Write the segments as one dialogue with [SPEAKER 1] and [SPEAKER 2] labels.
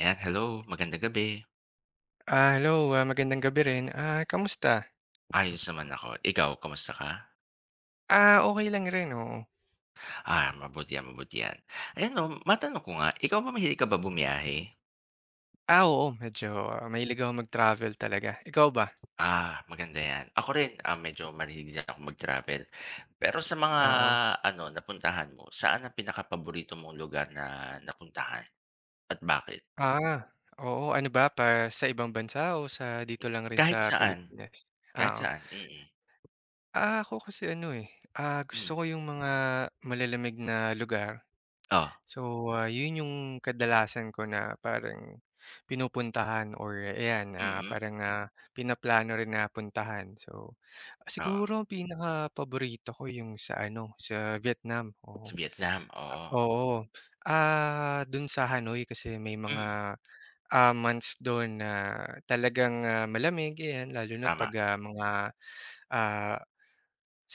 [SPEAKER 1] Ayan, hello, magandang gabi.
[SPEAKER 2] Hello, magandang gabi rin. Kamusta?
[SPEAKER 1] Ayos naman ako. Ikaw, kamusta ka?
[SPEAKER 2] Okay lang rin, oo.
[SPEAKER 1] Mabuti yan, mabuti yan. Ayan 'no, matanong ko nga, ikaw ba mahilig ka ba bumiyahe?
[SPEAKER 2] Oo, medyo, mahilig akong mag-travel talaga. Ikaw ba?
[SPEAKER 1] Maganda yan. Ako rin, medyo mahilig din ako mag-travel. Pero sa mga
[SPEAKER 2] Oo.
[SPEAKER 1] napuntahan mo, saan ang pinakapaborito mong lugar na napuntahan at bakit?
[SPEAKER 2] Ah, Oo. Ano ba, pa sa ibang bansa o sa dito lang rin
[SPEAKER 1] Kahit
[SPEAKER 2] sa
[SPEAKER 1] saan,
[SPEAKER 2] Pilipinas?
[SPEAKER 1] kahit
[SPEAKER 2] Oo.
[SPEAKER 1] saan, mm.
[SPEAKER 2] Ako kasi ano, eh,
[SPEAKER 1] Hmm,
[SPEAKER 2] gusto ko yung mga malalamig na lugar.
[SPEAKER 1] oh,
[SPEAKER 2] So, 'yun yung kadalasan ko na parang pinupuntahan or ayan,
[SPEAKER 1] mm,
[SPEAKER 2] parang, pinaplano rin na puntahan. So,
[SPEAKER 1] Oo.
[SPEAKER 2] siguro ang paborito ko yung sa ano, sa Vietnam, oo.
[SPEAKER 1] Sa Vietnam, oo.
[SPEAKER 2] Oo, dun sa Hanoi kasi may
[SPEAKER 1] Hmm,
[SPEAKER 2] mga, months dun na talagang, malamig ayan lalo na
[SPEAKER 1] Tama.
[SPEAKER 2] 'pag, mga, ah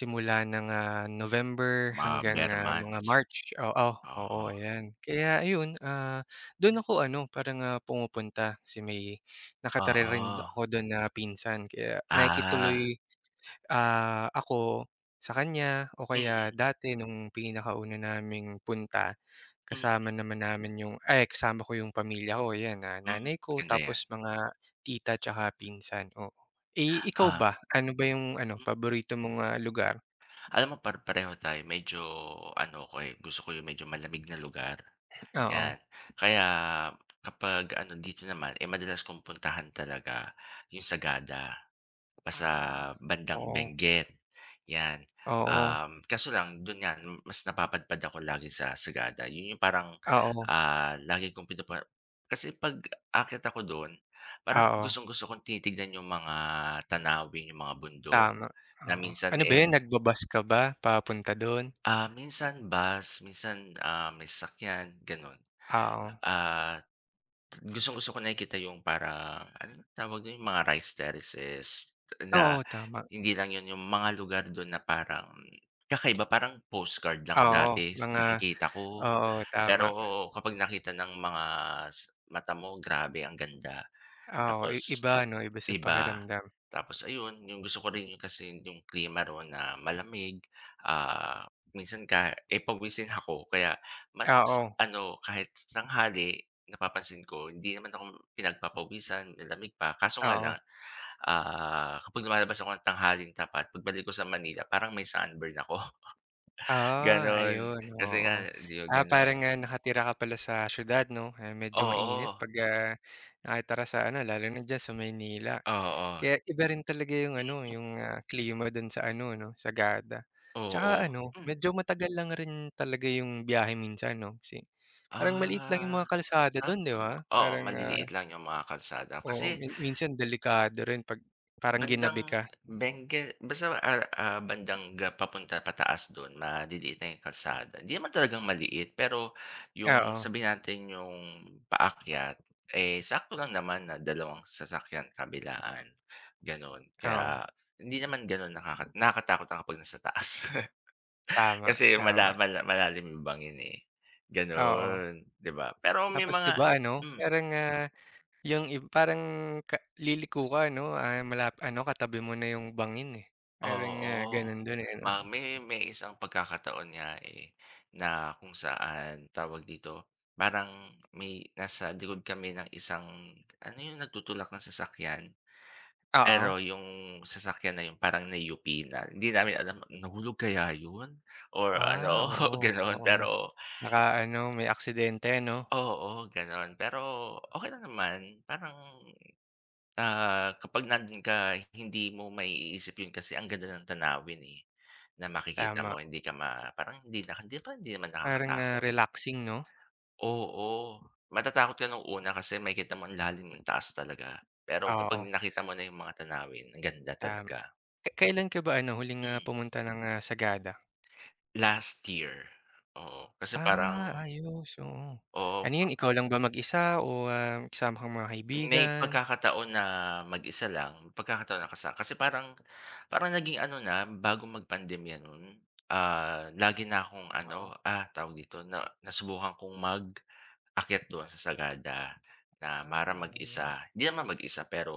[SPEAKER 2] simula ng, November
[SPEAKER 1] Mga
[SPEAKER 2] hanggang,
[SPEAKER 1] Bear
[SPEAKER 2] mga
[SPEAKER 1] months,
[SPEAKER 2] March, oo, oo,
[SPEAKER 1] oo,
[SPEAKER 2] ayan. Kaya ayun, dun ako ano parang, pumupunta kasi may nakatira rin
[SPEAKER 1] oo.
[SPEAKER 2] ako dun na pinsan kaya
[SPEAKER 1] Ah,
[SPEAKER 2] nakikituloy, ako sa kanya o kaya
[SPEAKER 1] mm,
[SPEAKER 2] dati nung pinakauna naming punta
[SPEAKER 1] mm,
[SPEAKER 2] kasama naman namin yung ay kasama ko yung pamilya ko ayan,
[SPEAKER 1] hmm,
[SPEAKER 2] nanay ko
[SPEAKER 1] Maganda yan.
[SPEAKER 2] tapos mga tita tsaka pinsan, oo. Eh, ikaw
[SPEAKER 1] Ah,
[SPEAKER 2] ba, ano ba yung ano
[SPEAKER 1] mm,
[SPEAKER 2] paborito mong, lugar?
[SPEAKER 1] Alam mo pareho tayo medyo ano ko, eh, gusto ko yung medyo malamig na lugar,
[SPEAKER 2] Oo.
[SPEAKER 1] yan. Kaya kapag ano dito naman, eh, madalas kong puntahan talaga yung Sagada. Pa sa
[SPEAKER 2] Ah.
[SPEAKER 1] bandang
[SPEAKER 2] Oo,
[SPEAKER 1] Benguet, 'yan.
[SPEAKER 2] oo,
[SPEAKER 1] Kaso lang do'n nga mas napapadpad ako lagi sa Sagada. 'Yun yung parang,
[SPEAKER 2] oo,
[SPEAKER 1] lagi kong kasi 'pag aakyat ako do'n parang
[SPEAKER 2] oo,
[SPEAKER 1] gustong-gusto kong tinitignan yung mga tanawin, yung mga bundok
[SPEAKER 2] tama,
[SPEAKER 1] na
[SPEAKER 2] oo.
[SPEAKER 1] minsan,
[SPEAKER 2] Ano ba yun nagba-bus ka ba papunta dun?
[SPEAKER 1] minsan bus, minsan, may sasakyan gano'n.
[SPEAKER 2] Oo,
[SPEAKER 1] Ah Gustong-gusto ko nakikita yung parang ano tawag dun, yung mga rice terraces na
[SPEAKER 2] oo, tama.
[SPEAKER 1] hindi lang yun yung mga lugar dun na parang kakaiba, parang postcard lang
[SPEAKER 2] Oo,
[SPEAKER 1] dati
[SPEAKER 2] mga
[SPEAKER 1] nakikita ko.
[SPEAKER 2] oo, tama.
[SPEAKER 1] Pero kapag nakita ng mga mata mo, grabe ang ganda.
[SPEAKER 2] Oo, i
[SPEAKER 1] Tapos
[SPEAKER 2] iba 'no, iba sa
[SPEAKER 1] Iba.
[SPEAKER 2] pakiramdam.
[SPEAKER 1] Tapos ayun, yung gusto ko rin yung kasi yung klima roon na malamig, ah, minsan ka eh, pawisin ako kaya mas
[SPEAKER 2] Oo,
[SPEAKER 1] ano, kahit tanghali napapansin ko hindi naman ako pinagpapawisan, malamig pa. Kaso nga
[SPEAKER 2] oo.
[SPEAKER 1] lang, kapag lumalabas ako ng tanghaling tapat pagbalik ko sa Manila parang may sunburn ako, gano'n.
[SPEAKER 2] Ayun,
[SPEAKER 1] Kasi nga
[SPEAKER 2] oo.
[SPEAKER 1] 'di ba gano'n
[SPEAKER 2] Parang, nakatira ka pala sa siyudad 'no, kaya medyo
[SPEAKER 1] oo,
[SPEAKER 2] mainit 'pag, nakatira sa ano lalo na diyan sa Maynila.
[SPEAKER 1] oo.
[SPEAKER 2] Kaya iba rin talaga yung ano,
[SPEAKER 1] Hmm,
[SPEAKER 2] yung, klima dun sa ano 'no, Sagada.
[SPEAKER 1] Oo.
[SPEAKER 2] Tsaka ano, medyo matagal lang rin talaga yung biyahe minsan 'no, kasi parang maliit lang
[SPEAKER 1] Ah,
[SPEAKER 2] yung mga kalsada dun 'di
[SPEAKER 1] Sakto lang.
[SPEAKER 2] ba?
[SPEAKER 1] Oo,
[SPEAKER 2] Parang,
[SPEAKER 1] maliliit lang yung mga kalsada
[SPEAKER 2] oo,
[SPEAKER 1] kasi
[SPEAKER 2] minsan delikado rin 'pag parang
[SPEAKER 1] bandang
[SPEAKER 2] ginabi ka.
[SPEAKER 1] Benguet basta, bandang papunta pataas dun maliliit na yung kalsada. Hindi naman talagang maliit pero yung
[SPEAKER 2] Oo,
[SPEAKER 1] sabihin natin yung paakyat, eh, sakto lang naman na dalawang sasakyan kabilaan, ganon Kaya
[SPEAKER 2] oo,
[SPEAKER 1] hindi naman ganun nakakatakot na kapag nasa taas
[SPEAKER 2] tama,
[SPEAKER 1] kasi mala
[SPEAKER 2] tama,
[SPEAKER 1] mala malalim yung bangin, eh,
[SPEAKER 2] oo.
[SPEAKER 1] ganun, 'di ba? Pero may
[SPEAKER 2] Tapos 'di
[SPEAKER 1] mga
[SPEAKER 2] ba ano,
[SPEAKER 1] hmm.
[SPEAKER 2] parang, yung parang ka liliko ka ano, ano katabi mo na yung bangin, eh. Parang,
[SPEAKER 1] Oo.
[SPEAKER 2] ganun dun, eh, ano?
[SPEAKER 1] Ma may May isang pagkakataon nga, eh, na kung saan, tawag dito, parang may nasa likod kami ng isang ano yung nagtutulak ng sasakyan,
[SPEAKER 2] Oo.
[SPEAKER 1] pero yung sasakyan na yun parang na-UP na. Hindi namin alam nahulog kaya yun or ano,
[SPEAKER 2] Oo,
[SPEAKER 1] gano'n.
[SPEAKER 2] oo.
[SPEAKER 1] Pero
[SPEAKER 2] Baka ano, may aksidente no.
[SPEAKER 1] oo, gano'n. Pero okay lang naman, parang kapag nandun ka hindi mo maiisip yun kasi ang ganda ng tanawin, eh, na makikita
[SPEAKER 2] Tama,
[SPEAKER 1] mo hindi ka ma parang hindi na hindi pa hindi naman
[SPEAKER 2] parang,
[SPEAKER 1] nakakatakot.
[SPEAKER 2] relaxing 'no?
[SPEAKER 1] Oo, matatakot ka nung una kasi makikita mo ang lalim, ang taas talaga. Pero kapag
[SPEAKER 2] Oo,
[SPEAKER 1] nakita mo na yung mga tanawin ang ganda
[SPEAKER 2] tama.
[SPEAKER 1] talaga.
[SPEAKER 2] Kailan ka ba ano, huling,
[SPEAKER 1] Hmm,
[SPEAKER 2] pumunta ng, Sagada?
[SPEAKER 1] Last year, oo. Kasi parang
[SPEAKER 2] Ayos, oo.
[SPEAKER 1] oo
[SPEAKER 2] Ano 'yun, ikaw lang ba mag-isa o, kasama kang mga
[SPEAKER 1] May
[SPEAKER 2] kaibigan?
[SPEAKER 1] pagkakataon na mag-isa lang, pagkakataon na kasi parang parang naging ano na, bago magpandemya nun, lagi na akong ano,
[SPEAKER 2] Oo.
[SPEAKER 1] tawag dito, na nasubukan kong mag-akyat doon sa Sagada na para
[SPEAKER 2] Ayun.
[SPEAKER 1] mag-isa. Hindi naman mag-isa pero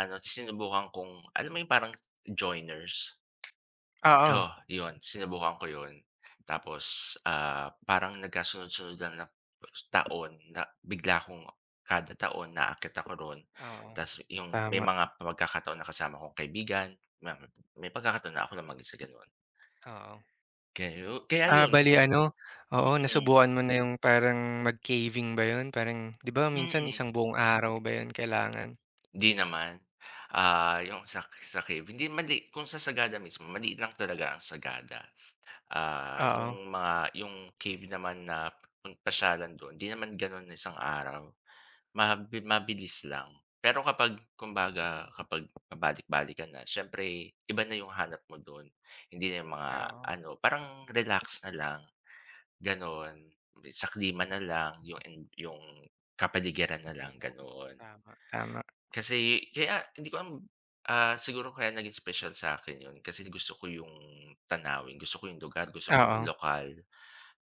[SPEAKER 1] ano, sinubukan kong alam mo yung parang joiners?
[SPEAKER 2] Oo,
[SPEAKER 1] Oh, 'yun sinubukan ko 'yun. Tapos, parang nagkasunod-sunod lang na taon na bigla akong kada taon naakyat ako ro'n.
[SPEAKER 2] oo,
[SPEAKER 1] Ta's 'yung may
[SPEAKER 2] tama,
[SPEAKER 1] mga pagkakataon na kasama kong kaibigan, na may pagkakataon na ako lang mag-isa gano'n.
[SPEAKER 2] oo.
[SPEAKER 1] Kayo kaya 'yun
[SPEAKER 2] Bali ano, oo,
[SPEAKER 1] mm,
[SPEAKER 2] nasubukan mo na yung parang mag-caving ba 'yun? Parang 'di ba minsan
[SPEAKER 1] mm.
[SPEAKER 2] isang buong araw ba 'yun kailangan?
[SPEAKER 1] 'Di naman, 'yung sa cave hindi mali kung sa Sagada mismo maliit lang talaga ang Sagada. Ah, yung
[SPEAKER 2] Oo.
[SPEAKER 1] mga yung cave naman na pasyalan dun, 'di naman ganun isang araw. Mabilis lang. Pero kapag kumbaga
[SPEAKER 2] Ah,
[SPEAKER 1] kapag pabalik-balikan na siyempre iba na yung hanap mo dun. Hindi na yung mga
[SPEAKER 2] Oo.
[SPEAKER 1] ano, parang relax na lang, gano'n. Sa klima na lang, yung yung kapaligiran na lang,
[SPEAKER 2] Oo.
[SPEAKER 1] ganon
[SPEAKER 2] Tama, tama.
[SPEAKER 1] kasi kaya hindi ko alam, siguro kaya naging special sa akin 'yun kasi gusto ko yung tanawin, gusto ko yung lugar, gusto ko yung
[SPEAKER 2] Oo,
[SPEAKER 1] lokal,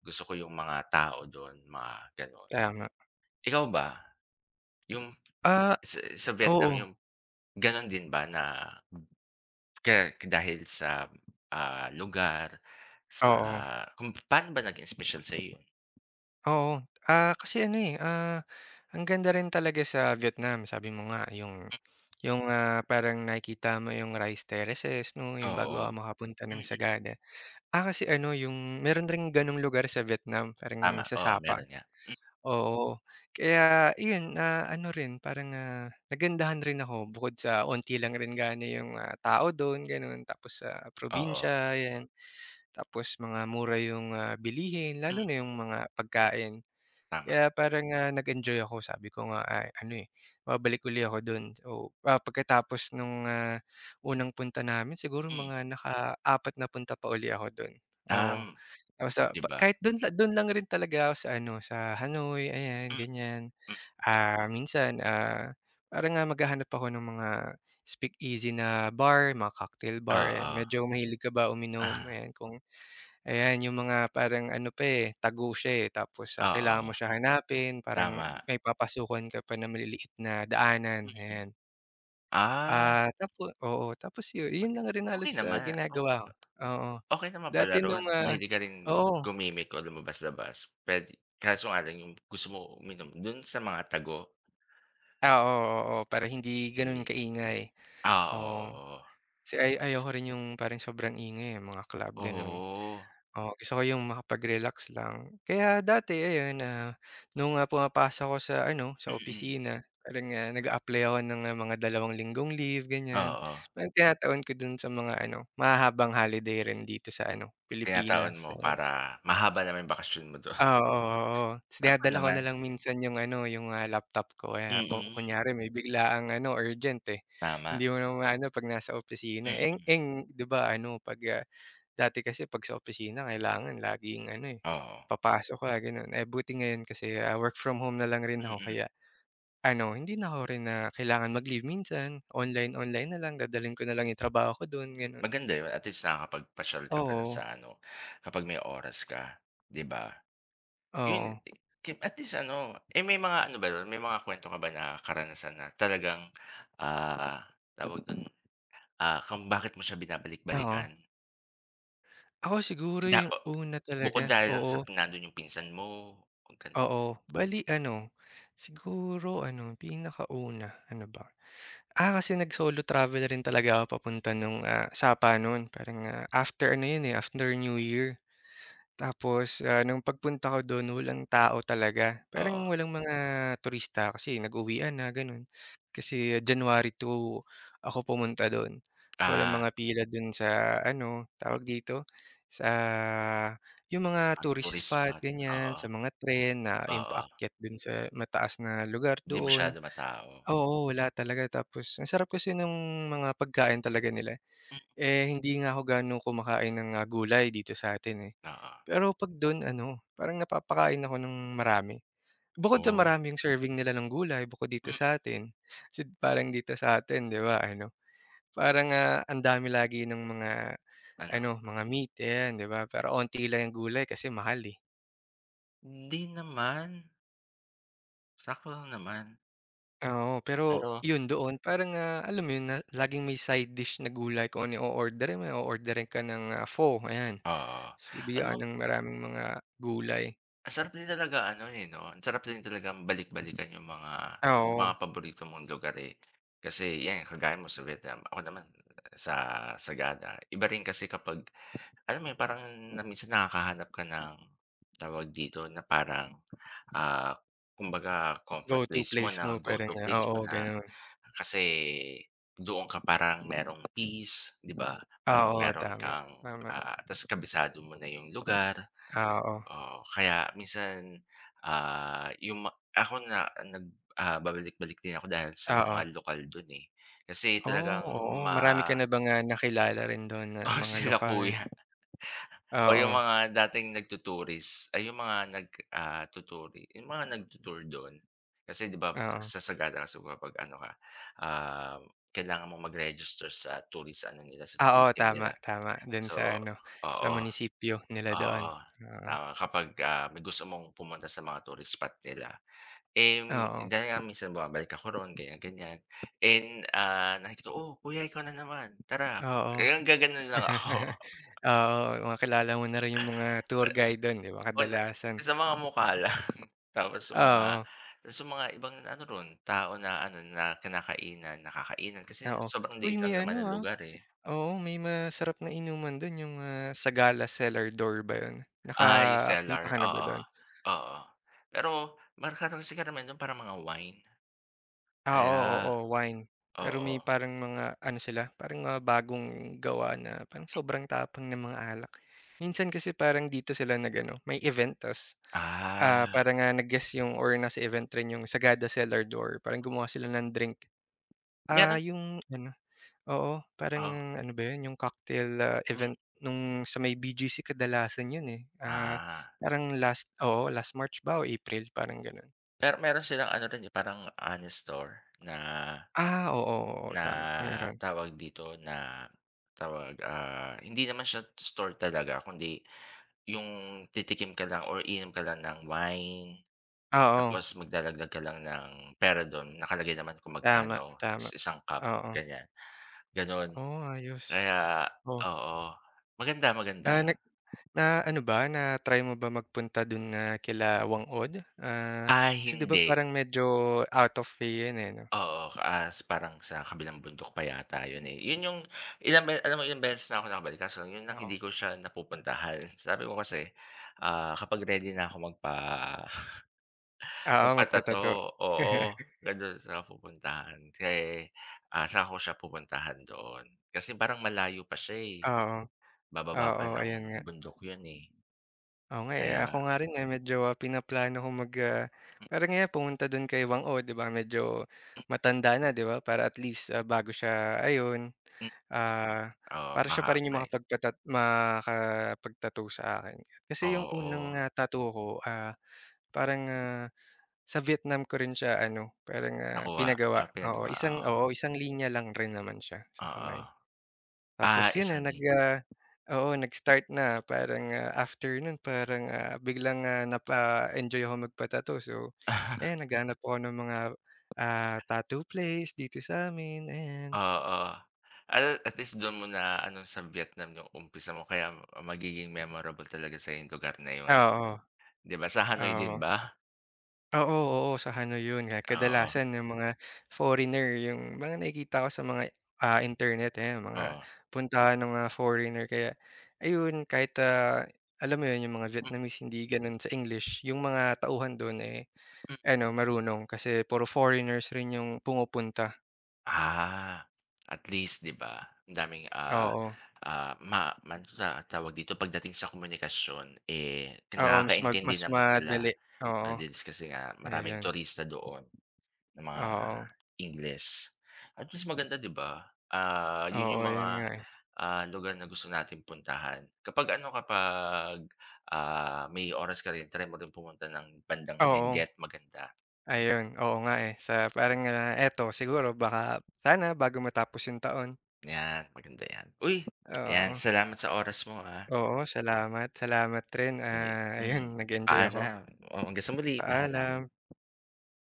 [SPEAKER 1] gusto ko yung mga tao do'n, mga gano'n.
[SPEAKER 2] tama.
[SPEAKER 1] Ikaw ba, yung
[SPEAKER 2] Ah,
[SPEAKER 1] sa
[SPEAKER 2] Oo,
[SPEAKER 1] Vietnam yung gano'n din ba na kaya dahil sa, lugar, sa
[SPEAKER 2] oo,
[SPEAKER 1] kung paano ba naging special sa'yo 'yun?
[SPEAKER 2] oo. Kasi ano, eh, ang ganda rin talaga sa Vietnam. Sabi mo nga yung parang nakikita mo yung rice terraces 'no, yung bago
[SPEAKER 1] Oo,
[SPEAKER 2] ka makapunta
[SPEAKER 1] mm,
[SPEAKER 2] ng
[SPEAKER 1] mm.
[SPEAKER 2] Sagada. Kasi ano yung meron ring gano'ng lugar sa Vietnam, parang
[SPEAKER 1] Tama,
[SPEAKER 2] sa
[SPEAKER 1] oo,
[SPEAKER 2] Sapa,
[SPEAKER 1] meron nga,
[SPEAKER 2] oo. Kaya yun na ano rin parang, nagandahan rin ako bukod sa onti lang rin gaano yung, tao do'n gano'n, tapos sa
[SPEAKER 1] oo,
[SPEAKER 2] probinsya, 'yan. Tapos mga mura yung, bilihin
[SPEAKER 1] hmm,
[SPEAKER 2] lalo na yung mga pagkain.
[SPEAKER 1] tama,
[SPEAKER 2] Kaya parang, nag-enjoy ako sabi ko nga, ano, eh, babalik uli ako dun. Pagkatapos nung, unang punta namin siguro
[SPEAKER 1] hmm,
[SPEAKER 2] mga naka-apat na punta pa uli ako dun, oo.
[SPEAKER 1] um,
[SPEAKER 2] Tapos sa
[SPEAKER 1] 'di
[SPEAKER 2] pa
[SPEAKER 1] ba?
[SPEAKER 2] kahit dun lang rin talaga ako sa ano, sa Hanoi ayan
[SPEAKER 1] Mm,
[SPEAKER 2] ganyan.
[SPEAKER 1] hmm,
[SPEAKER 2] Minsan, parang, maghahanap ako ng mga speakeasy na bar, mga cocktail bar ayan.
[SPEAKER 1] oo.
[SPEAKER 2] Medyo mahilig ka ba uminom? Ayan kung. Ayan, yung mga parang ano pa, eh, tago siya, eh, tapos, kailangan
[SPEAKER 1] Oo,
[SPEAKER 2] mo siya hanapin parang
[SPEAKER 1] tama.
[SPEAKER 2] may papasukan ka pa na maliliit na daanan,
[SPEAKER 1] Mm.
[SPEAKER 2] ayan.
[SPEAKER 1] Ah,
[SPEAKER 2] Ah, tapo oo, tapos yun lang rin
[SPEAKER 1] Okey
[SPEAKER 2] halos,
[SPEAKER 1] naman,
[SPEAKER 2] ginagawa ko, oo.
[SPEAKER 1] okey naman pala
[SPEAKER 2] Dati
[SPEAKER 1] ro'n
[SPEAKER 2] nung,
[SPEAKER 1] kung mahilig ka rin
[SPEAKER 2] oo,
[SPEAKER 1] gumimik o lumabas-labas puwede. Kaso nga lang yung gusto mo uminom do'n sa mga tago,
[SPEAKER 2] oo, oo, oo, para hindi gano'n
[SPEAKER 1] eh
[SPEAKER 2] kaingay, oo.
[SPEAKER 1] oo.
[SPEAKER 2] Kasi ayoko rin yung parang sobrang ingay, eh, mga club gano'n.
[SPEAKER 1] Oo,
[SPEAKER 2] Oo, gusto ko yung makapag-relax lang. Kaya dati ayun, nung, pumapasok ako sa ano, sa
[SPEAKER 1] mm,
[SPEAKER 2] opisina parang, nag-a-apply ako ng, mga 2 linggong leave ganyan.
[SPEAKER 1] oo.
[SPEAKER 2] Parang tinataon ko dun sa mga ano, mahahabang holiday rin dito sa ano,
[SPEAKER 1] Tinataon
[SPEAKER 2] Pilipinas,
[SPEAKER 1] mo
[SPEAKER 2] ayan.
[SPEAKER 1] para mahaba naman yung bakasyon mo do'n.
[SPEAKER 2] Oo, oo. Ta's
[SPEAKER 1] Tama
[SPEAKER 2] dinadala ko
[SPEAKER 1] naman,
[SPEAKER 2] na lang minsan yung ano, yung, laptop ko kaya ku
[SPEAKER 1] mm,
[SPEAKER 2] kunyari may biglaang ano, urgent, eh,
[SPEAKER 1] tama,
[SPEAKER 2] hindi mo na maano 'pag nasa opisina,
[SPEAKER 1] mm,
[SPEAKER 2] eng-eng 'di ba ano 'pag, Dati kasi 'pag sa opisina kailangan laging ano, eh,
[SPEAKER 1] oo,
[SPEAKER 2] papasok ka gano'n. Eh, buti ngayon kasi, work from home na lang rin ako
[SPEAKER 1] mm.
[SPEAKER 2] kaya ano, hindi na ako rin na kailangan mag-leave minsan. Online-online na lang, dadalhin ko na lang yung trabaho ko do'n, gano'n.
[SPEAKER 1] Maganda 'yun at least nakakapagpasyal ka pa sa
[SPEAKER 2] Oo,
[SPEAKER 1] ano, kapag may oras ka, 'di ba? 'Yun
[SPEAKER 2] oo,
[SPEAKER 1] ki- at least ano, eh, may mga ano ba nun, may mga kuwento ka ba na karanasan na talagang, ah, tawag dun, kung bakit mo siya
[SPEAKER 2] oo.
[SPEAKER 1] binabalik-balikan?
[SPEAKER 2] Ako siguro
[SPEAKER 1] Da
[SPEAKER 2] yung
[SPEAKER 1] o
[SPEAKER 2] una talaga,
[SPEAKER 1] bukod dahil lang
[SPEAKER 2] oo,
[SPEAKER 1] sa nandun yung pinsan mo, gan
[SPEAKER 2] oo. Bale ano, siguro ano, pinakauna, ano ba? Kasi nag-solo travel rin talaga ako papunta nung, Sapa no'n. Parang, after ano 'yun, eh, after New Year. Tapos, nung pagpunta ko dun walang tao talaga,
[SPEAKER 1] oo,
[SPEAKER 2] parang walang mga turista kasi nag-uwian na ganun. Kasi January 2 ako pumunta dun. So, walang
[SPEAKER 1] ah,
[SPEAKER 2] mga pila dun sa ano, tawag dito, sa yung mga tourist
[SPEAKER 1] tourist
[SPEAKER 2] spot
[SPEAKER 1] spot,
[SPEAKER 2] ganyan,
[SPEAKER 1] oo,
[SPEAKER 2] sa mga tren na yung
[SPEAKER 1] oo,
[SPEAKER 2] paakyat dun sa mataas na lugar
[SPEAKER 1] hindi masyado
[SPEAKER 2] doon.
[SPEAKER 1] matao.
[SPEAKER 2] Oo, wala talaga tapos ang sarap kasi nung mga pagkain talaga nila.
[SPEAKER 1] Hmm,
[SPEAKER 2] Eh, hindi nga ako gaano kumakain ng, gulay dito sa'tin, eh.
[SPEAKER 1] Oo,
[SPEAKER 2] Pero 'pag don ano, parang napapakain ako ng marami. Bukod sa
[SPEAKER 1] oh,
[SPEAKER 2] marami yung serving nila ng gulay bukod dito
[SPEAKER 1] mm,
[SPEAKER 2] sa'tin, kasi parang dito sa'tin 'di ba ano, parang, ang dami lagi ng mga
[SPEAKER 1] ano?
[SPEAKER 2] ano, mga meat ayan 'di ba, pero onti lang yung gulay kasi mahal, eh.
[SPEAKER 1] Hindi naman, sakto lang naman,
[SPEAKER 2] Oo, pero
[SPEAKER 1] pero
[SPEAKER 2] yun doon parang, alam mo yun na laging may side dish na gulay kung ano yung o-orderin mo, o-orderin ka ng, pho ayan,
[SPEAKER 1] Oo.
[SPEAKER 2] ta's
[SPEAKER 1] Alam
[SPEAKER 2] bibigyan
[SPEAKER 1] mo,
[SPEAKER 2] ka ng maraming mga gulay.
[SPEAKER 1] ang sarap din talaga ano, eh, 'no, ang sarap din talagang balik-balikan yung mga
[SPEAKER 2] Oo,
[SPEAKER 1] paborito mong lugar, eh. Kasi 'yan, kagaya mo sa Vietnam, ako naman sa Sagada. Iba rin kasi kapag alam mo yun, parang na minsan nakakahanap ka ng tawag dito, na parang, ah, kumbaga
[SPEAKER 2] go
[SPEAKER 1] comfort
[SPEAKER 2] to
[SPEAKER 1] place mo
[SPEAKER 2] place mo
[SPEAKER 1] na,
[SPEAKER 2] parang,
[SPEAKER 1] go-to place mo
[SPEAKER 2] oo,
[SPEAKER 1] na.
[SPEAKER 2] gano'n.
[SPEAKER 1] Kasi doon ka parang merong peace, 'di ba? Parang
[SPEAKER 2] Oo,
[SPEAKER 1] meron
[SPEAKER 2] tama,
[SPEAKER 1] kang,
[SPEAKER 2] tama.
[SPEAKER 1] ta's kabisado mo na yung lugar.
[SPEAKER 2] Oo,
[SPEAKER 1] Oo, kaya minsan, yung ako na babalik-balik din ako dahil sa
[SPEAKER 2] oo.
[SPEAKER 1] mga lokal dun, eh. Kasi
[SPEAKER 2] Oh,
[SPEAKER 1] talagang
[SPEAKER 2] oo. Marami
[SPEAKER 1] ma
[SPEAKER 2] ka na bang, nakilala rin dun na
[SPEAKER 1] oo,
[SPEAKER 2] mga
[SPEAKER 1] sila
[SPEAKER 2] lokal?
[SPEAKER 1] kuya o yung
[SPEAKER 2] Oo,
[SPEAKER 1] mga dating nagtuturis ay yung mga tuturi yung mga tour Kasi 'di ba
[SPEAKER 2] oo.
[SPEAKER 1] sa Sagada kasi kapag ano ka, um, kailangan mong mag-register sa tourist ano nila, sa
[SPEAKER 2] Oo,
[SPEAKER 1] tourism
[SPEAKER 2] tama,
[SPEAKER 1] nila.
[SPEAKER 2] tama dun sa
[SPEAKER 1] So
[SPEAKER 2] ano, sa
[SPEAKER 1] oo,
[SPEAKER 2] munisipyo nila doon.
[SPEAKER 1] oo,
[SPEAKER 2] Oo,
[SPEAKER 1] tama kapag, may gusto mong pumunta sa mga tourist spot nila.
[SPEAKER 2] oo,
[SPEAKER 1] Dahil nga minsan bumabalik ako roon ganyan, ganyan and, nakikita ko, "Oh, kuya ikaw na naman, tara."
[SPEAKER 2] oo.
[SPEAKER 1] Eh, nanggaganon lang ako
[SPEAKER 2] Oo, makilala mo na rin yung mga tour guide dun, 'di ba,
[SPEAKER 1] on
[SPEAKER 2] kadalasan.
[SPEAKER 1] sa mga mukha lang tapos sa mga
[SPEAKER 2] Oo,
[SPEAKER 1] mga ibang ano roon, tao na ano na kinakainan, nakakainan kasi
[SPEAKER 2] oo.
[SPEAKER 1] sobrang
[SPEAKER 2] Uy,
[SPEAKER 1] liit lang
[SPEAKER 2] may
[SPEAKER 1] naman
[SPEAKER 2] ano,
[SPEAKER 1] ng lugar, eh.
[SPEAKER 2] oo, may masarap na inuman dun yung, Sagala Cellar Door ba yun?
[SPEAKER 1] Ah, yung
[SPEAKER 2] Nakapunta
[SPEAKER 1] cellar,
[SPEAKER 2] ka na ba
[SPEAKER 1] oo,
[SPEAKER 2] dun?
[SPEAKER 1] oo. Pero magkaroon kasi kami no'n parang mga wine kaya
[SPEAKER 2] Oo, oo, wine. Pero
[SPEAKER 1] oo.
[SPEAKER 2] may parang mga ano sila, parang mga bagong gawa na parang sobrang tapang ng mga alak. Minsan kasi parang dito sila nag-ano, may event ta's,
[SPEAKER 1] Ah,
[SPEAKER 2] parang, nag-guest yung or nasa event rin yung Sagada Cellar Door, parang gumawa sila ng drink.
[SPEAKER 1] meron
[SPEAKER 2] Yung ano oo,
[SPEAKER 1] oh,
[SPEAKER 2] parang ano ba yun, yung cocktail,
[SPEAKER 1] hmm,
[SPEAKER 2] event nung sa may BGC kadalasan yun, eh.
[SPEAKER 1] ah.
[SPEAKER 2] Parang last oo, last March ba o April, parang gano'n.
[SPEAKER 1] Pero meron silang ano rin, eh, parang honest store na
[SPEAKER 2] Oo, oo, oo,
[SPEAKER 1] na
[SPEAKER 2] tama, meron.
[SPEAKER 1] tawag dito, na tawag, hindi naman siya store talaga kundi yung titikim ka lang or iinom ka lang ng wine,
[SPEAKER 2] Oo.
[SPEAKER 1] tapos magdadagdag ka lang ng pera dun, nakalagay naman kung
[SPEAKER 2] Tama,
[SPEAKER 1] magkano,
[SPEAKER 2] tama.
[SPEAKER 1] ta's isang cup
[SPEAKER 2] Oo.
[SPEAKER 1] ganyan, ganun.
[SPEAKER 2] Oh, ayos.
[SPEAKER 1] Kaya
[SPEAKER 2] Oh,
[SPEAKER 1] oo, maganda,
[SPEAKER 2] ah,
[SPEAKER 1] maganda.
[SPEAKER 2] nag na ano ba, na-try mo ba magpunta dun na kila Wang-od? Ah,
[SPEAKER 1] Ah,
[SPEAKER 2] Kasi 'di ba
[SPEAKER 1] hindi.
[SPEAKER 2] parang medyo out of way yun, eh, 'no?
[SPEAKER 1] Oo, as parang sa kabilang bundok pa yata yun, eh. Yun yung ilang be alam mo ilang beses na ako nakabalik kaso yun lang hindi
[SPEAKER 2] Oo.
[SPEAKER 1] ko siya napupuntahan. Sabi ko kasi, kapag ready na ako magpa
[SPEAKER 2] Oo,
[SPEAKER 1] magpa-tattoo,
[SPEAKER 2] magpa-tattoo.
[SPEAKER 1] oo, nandun sa pupuntahan. Kaya, saka ko siya pupuntahan doon. Kasi parang malayo pa siya, eh,
[SPEAKER 2] Oo,
[SPEAKER 1] bababa pa
[SPEAKER 2] oo,
[SPEAKER 1] ng
[SPEAKER 2] ayan nga.
[SPEAKER 1] bundok yun, eh.
[SPEAKER 2] Oo nga, eh. Ako
[SPEAKER 1] Kaya
[SPEAKER 2] nga rin, eh, medyo, pinaplano kong mag, parang nga pumunta dun kay Wang O, 'di ba, medyo matanda na, 'di ba, para at least, bago siya ayun,
[SPEAKER 1] hmm,
[SPEAKER 2] ah,
[SPEAKER 1] oo,
[SPEAKER 2] para siya pa
[SPEAKER 1] baka
[SPEAKER 2] rin yung
[SPEAKER 1] may
[SPEAKER 2] makapag sa akin. Kasi yung unang,
[SPEAKER 1] oo,
[SPEAKER 2] tattoo ko, parang, sa Vietnam ko rin siya ano, parang,
[SPEAKER 1] nakuha,
[SPEAKER 2] pinagawa. Oo,
[SPEAKER 1] pinagawa, oo,
[SPEAKER 2] isang linya lang rin naman siya sa kamay.
[SPEAKER 1] oo.
[SPEAKER 2] Tapos
[SPEAKER 1] Ah,
[SPEAKER 2] yun na
[SPEAKER 1] isang din
[SPEAKER 2] nag-start na parang, after nun parang, biglang, napa-enjoy ako magpa-tattoo. So ayan naghahanap ako ng mga, tattoo place dito sa amin ayan.
[SPEAKER 1] Oo. At least dun mo na-ano sa Vietnam yung umpisa mo kaya magiging memorable talaga sa yung lugar na yun,
[SPEAKER 2] Oo,
[SPEAKER 1] 'di ba? Sa Hanoi
[SPEAKER 2] oo.
[SPEAKER 1] din ba?
[SPEAKER 2] Oo, oo, sa ano yun,
[SPEAKER 1] Oo,
[SPEAKER 2] kadalasan yung mga foreigner yung mga nakikita ko sa mga, internet eh mga
[SPEAKER 1] oo.
[SPEAKER 2] puntahan ng mga foreigner kaya ayun kahit, alam mo yun yung mga
[SPEAKER 1] Mm,
[SPEAKER 2] Vietnamese hindi ganun sa English, yung mga tauhan dun, eh.
[SPEAKER 1] hmm.
[SPEAKER 2] Ano, marunong kasi puro foreigners rin yung pumupunta,
[SPEAKER 1] Ah, at least 'di ba ang daming,
[SPEAKER 2] oo.
[SPEAKER 1] ah, ma ma ano ta- tawag dito pagdating sa komunikasyon, eh,
[SPEAKER 2] Oo, mas ma
[SPEAKER 1] nakakaintindi
[SPEAKER 2] mas
[SPEAKER 1] naman sila.
[SPEAKER 2] madali,
[SPEAKER 1] Ah,
[SPEAKER 2] oo,
[SPEAKER 1] 'di kasi nga maraming
[SPEAKER 2] ayun.
[SPEAKER 1] turista doon. Ng mga
[SPEAKER 2] Oo,
[SPEAKER 1] Ingles. At mas maganda 'di ba? Ah, yun
[SPEAKER 2] oo,
[SPEAKER 1] yung mga,
[SPEAKER 2] yun nga, eh.
[SPEAKER 1] lugar na gusto natin puntahan. Kapag ano, kapag, may oras ka rin try mo rin pumunta ng bandang Benguet,
[SPEAKER 2] Oo,
[SPEAKER 1] maganda.
[SPEAKER 2] ayun, oo nga, eh, sa parang, eto siguro baka sana bago matapos yung taon,
[SPEAKER 1] 'Yan, maganda 'yan. Uy, 'yan
[SPEAKER 2] oo.
[SPEAKER 1] salamat sa oras mo, ah.
[SPEAKER 2] Oo, salamat, salamat rin,
[SPEAKER 1] Ye hmm,
[SPEAKER 2] ayun nag-enjoy ako.
[SPEAKER 1] paalam. Oo, hanggang sa muli, paalam.
[SPEAKER 2] Paalam.